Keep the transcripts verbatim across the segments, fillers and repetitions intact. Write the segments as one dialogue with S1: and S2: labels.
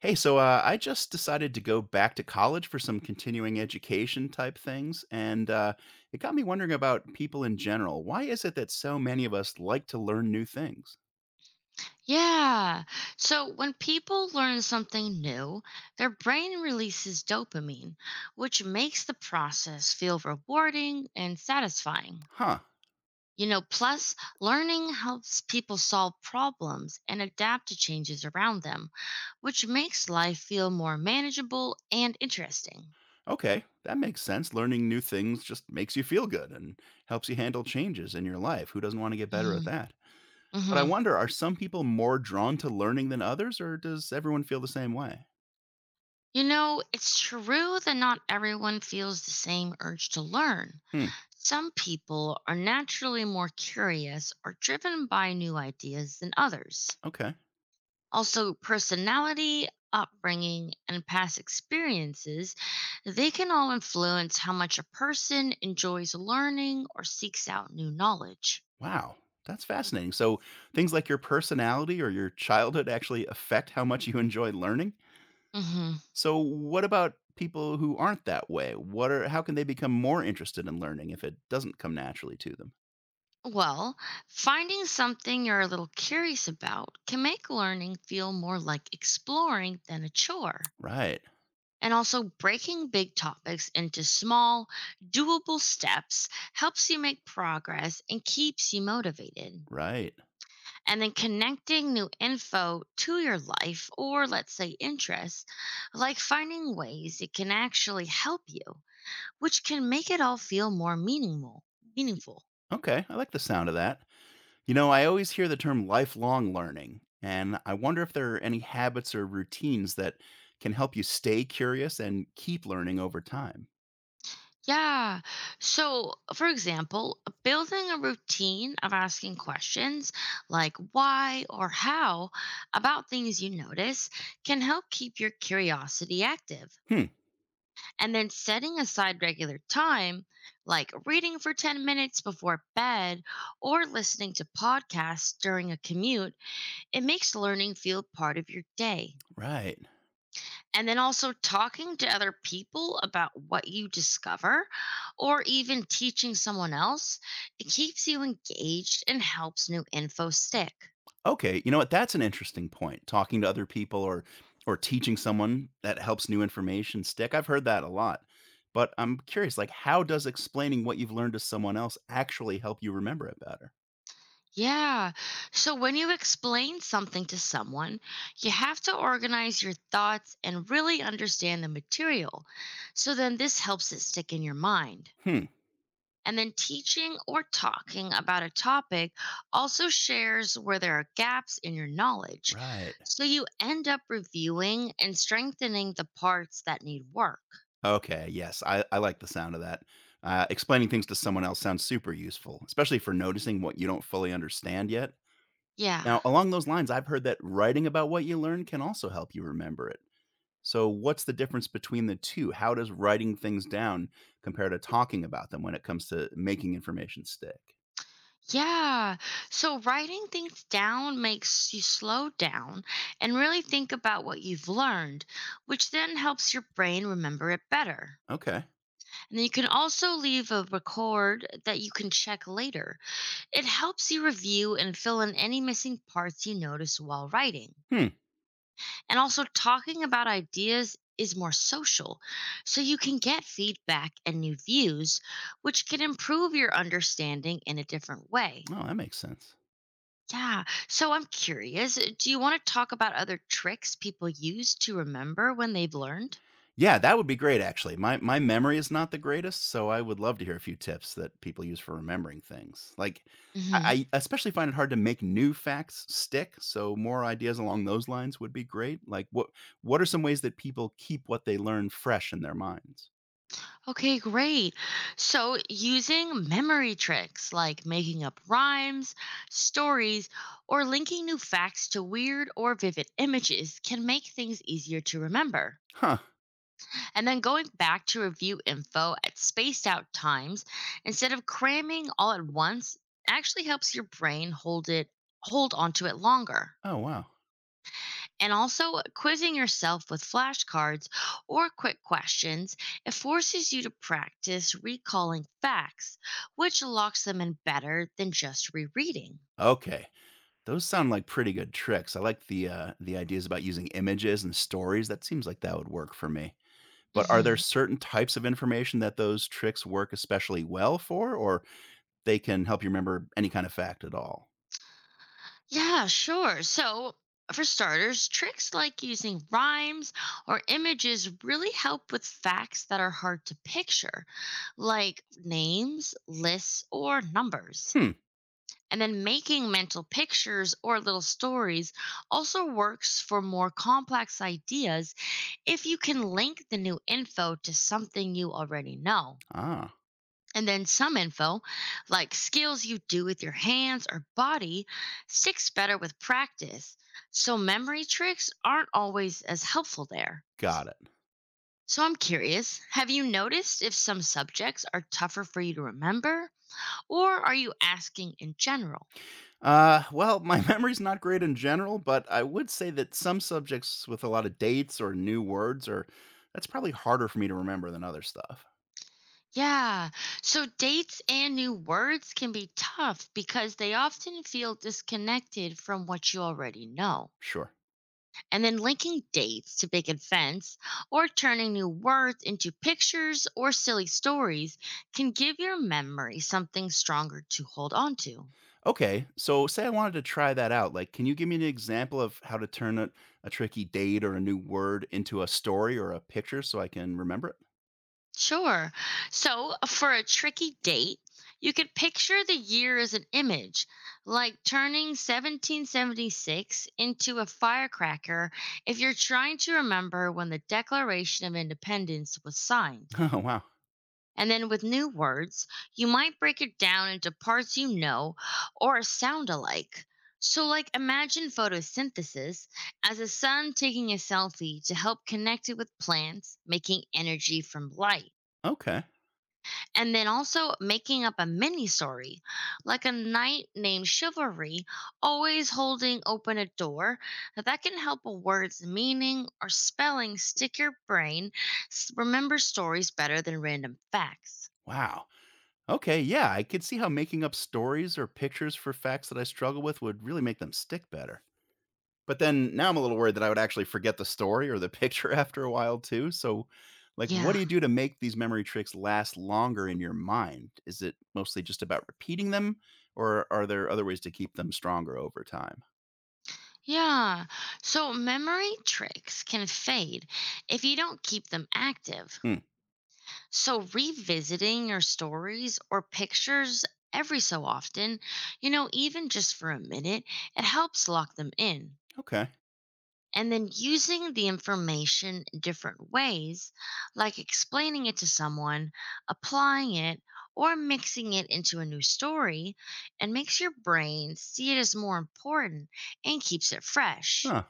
S1: Hey, so uh, I just decided to go back to college for some continuing education type things, and uh, it got me wondering about people in general. Why is it that so many of us like to learn new things?
S2: Yeah. So when people learn something new, their brain releases dopamine, which makes the process feel rewarding and satisfying.
S1: Huh.
S2: You know, plus, learning helps people solve problems and adapt to changes around them, which makes life feel more manageable and interesting.
S1: Okay, that makes sense. Learning new things just makes you feel good and helps you handle changes in your life. Who doesn't want to get better at
S2: hmm
S1: that? But I
S2: hmm
S1: wonder, are some people more drawn to learning than others, or does everyone feel the same way?
S2: You know, it's true that not everyone feels the same urge to learn.
S1: Hmm.
S2: Some people are naturally more curious or driven by new ideas than others.
S1: Okay.
S2: Also, personality, upbringing, and past experiences, they can all influence how much a person enjoys learning or seeks out new knowledge.
S1: Wow, that's fascinating. So things like your personality or your childhood actually affect how much you enjoy learning.
S2: hmm
S1: So what about people who aren't that way? What are how can they become more interested in learning if it doesn't come naturally to them?
S2: Well, finding something you're a little curious about can make learning feel more like exploring than a chore.
S1: Right.
S2: And also, breaking big topics into small, doable steps helps you make progress and keeps you motivated.
S1: Right.
S2: And then connecting new info to your life or, let's say, interests, like finding ways it can actually help you, which can make it all feel more meaningful. Meaningful.
S1: Okay, I like the sound of that. You know, I always hear the term lifelong learning, and I wonder if there are any habits or routines that can help you stay curious and keep learning over time.
S2: Yeah. So, for example, building a routine of asking questions like why or how about things you notice can help keep your curiosity active.
S1: Hmm,
S2: And then setting aside regular time, like reading for ten minutes before bed or listening to podcasts during a commute, it makes learning feel part of your day.
S1: right.
S2: And then also talking to other people about what you discover or even teaching someone else, it keeps you engaged and helps new info stick.
S1: Okay, you know what? That's an interesting point. Talking to other people or or teaching someone that helps new information stick. I've heard that a lot. But I'm curious, like how does explaining what you've learned to someone else actually help you remember it better?
S2: Yeah. So when you explain something to someone, you have to organize your thoughts and really understand the material. So then this helps it stick in your mind.
S1: Hmm.
S2: And then teaching or talking about a topic also shares where there are gaps in your knowledge.
S1: Right.
S2: So you end up reviewing and strengthening the parts that need work.
S1: Okay. Yes. I, I like the sound of that. Uh, explaining things to someone else sounds super useful, especially for noticing what you don't fully understand yet.
S2: Yeah.
S1: Now, along those lines, I've heard that writing about what you learn can also help you remember it. So, what's the difference between the two? How does writing things down compare to talking about them when it comes to making information stick?
S2: Yeah. So writing things down makes you slow down and really think about what you've learned, which then helps your brain remember it better.
S1: Okay.
S2: And then you can also leave a record that you can check later. It helps you review and fill in any missing parts you notice while writing.
S1: Hmm.
S2: And also, talking about ideas is more social, so you can get feedback and new views, which can improve your understanding in a different way.
S1: Oh, that makes sense.
S2: Yeah, so I'm curious uh, do you want to talk about other tricks people use to remember when they've learned?
S1: Yeah, that would be great actually. My my memory is not the greatest, so I would love to hear a few tips that people use for remembering things. Like
S2: hmm
S1: I I especially find it hard to make new facts stick, so more ideas along those lines would be great. Like what what are some ways that people keep what they learn fresh in their minds?
S2: Okay, great. So, using memory tricks like making up rhymes, stories, or linking new facts to weird or vivid images can make things easier to remember.
S1: Huh.
S2: And then going back to review info at spaced out times instead of cramming all at once actually helps your brain hold it hold onto it longer.
S1: Oh, wow.
S2: And also, quizzing yourself with flashcards or quick questions, it forces you to practice recalling facts, which locks them in better than just rereading.
S1: Okay. Those sound like pretty good tricks. I like the, uh, the ideas about using images and stories. That seems like that would work for me. But are there
S2: hmm
S1: certain types of information that those tricks work especially well for, or they can help you remember any kind of fact at all?
S2: Yeah, sure. So, for starters, tricks like using rhymes or images really help with facts that are hard to picture, like names, lists, or numbers.
S1: Hmm.
S2: And then making mental pictures or little stories also works for more complex ideas if you can link the new info to something you already know.
S1: Ah,
S2: And then some info, like skills you do with your hands or body, sticks better with practice. So memory tricks aren't always as helpful there.
S1: got it.
S2: So I'm curious, have you noticed if some subjects are tougher for you to remember, or are you asking in general?
S1: Uh, well, my memory's not great in general, but I would say that some subjects with a lot of dates or new words are that's probably harder for me to remember than other stuff.
S2: Yeah. So dates and new words can be tough because they often feel disconnected from what you already know.
S1: Sure.
S2: And then linking dates to big events or turning new words into pictures or silly stories can give your memory something stronger to hold on to.
S1: Okay, so say I wanted to try that out. Like, can you give me an example of how to turn a, a tricky date or a new word into a story or a picture so I can remember it?
S2: Sure. So, for a tricky date, you could picture the year as an image, like turning seventeen seventy-six into a firecracker if you're trying to remember when the Declaration of Independence was signed.
S1: Oh, wow.
S2: And then with new words, you might break it down into parts you know or sound alike. So, like, imagine photosynthesis as a sun taking a selfie to help connect it with plants, making energy from light.
S1: Okay.
S2: And then also making up a mini story, like a knight named Chivalry, always holding open a door that can help a word's meaning or spelling stick your brain, s- remember stories better than random facts.
S1: Wow. Okay, yeah, I could see how making up stories or pictures for facts that I struggle with would really make them stick better. But then now I'm a little worried that I would actually forget the story or the picture after a while too. So, like, what
S2: Yeah.
S1: do you do to make these memory tricks last longer in your mind? Is it mostly just about repeating them, or are there other ways to keep them stronger over time?
S2: Yeah. So memory tricks can fade if you don't keep them active.
S1: Hmm.
S2: So, revisiting your stories or pictures every so often, you know, even just for a minute, it helps lock them in.
S1: Okay.
S2: And then using the information in different ways, like explaining it to someone, applying it, or mixing it into a new story, and makes your brain see it as more important and keeps it fresh.
S1: Huh.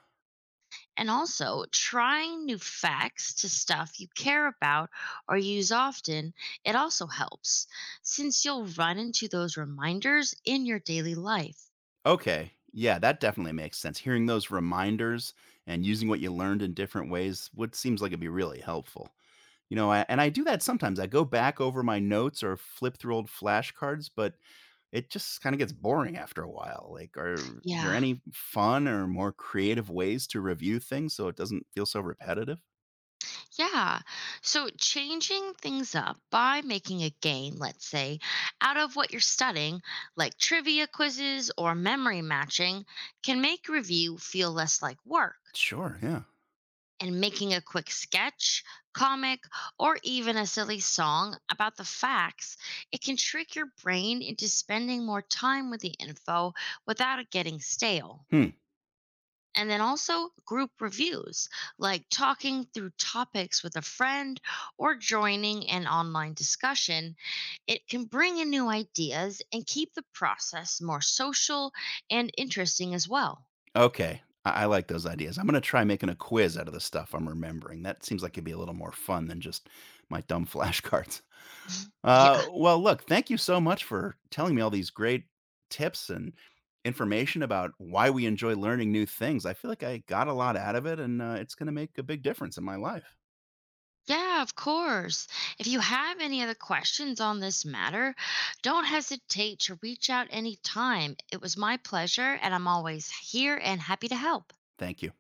S2: And also, trying new facts to stuff you care about or use often, it also helps since you'll run into those reminders in your daily life.
S1: Okay. Yeah, that definitely makes sense. Hearing those reminders and using what you learned in different ways would seems like it'd be really helpful. You know, I, and I do that sometimes. I go back over my notes or flip through old flashcards, but it just kind of gets boring after a while. Like, are there
S2: Yeah.
S1: any fun or more creative ways to review things so it doesn't feel so repetitive?
S2: Yeah. So changing things up by making a game, let's say, out of what you're studying, like trivia quizzes or memory matching, can make review feel less like work.
S1: Sure. Yeah.
S2: And making a quick sketch, comic, or even a silly song about the facts, it can trick your brain into spending more time with the info without it getting stale.
S1: Hmm.
S2: And then also group reviews, like talking through topics with a friend or joining an online discussion. It can bring in new ideas and keep the process more social and interesting as well.
S1: Okay. I, I like those ideas. I'm going to try making a quiz out of the stuff I'm remembering. That seems like it'd be a little more fun than just my dumb flashcards. Uh,
S2: Yeah.
S1: well, look, thank you so much for telling me all these great tips and information about why we enjoy learning new things. I feel like I got a lot out of it, and uh, it's going to make a big difference in my life.
S2: Yeah, of course. If you have any other questions on this matter, don't hesitate to reach out anytime. It was my pleasure, and I'm always here and happy to help.
S1: Thank you.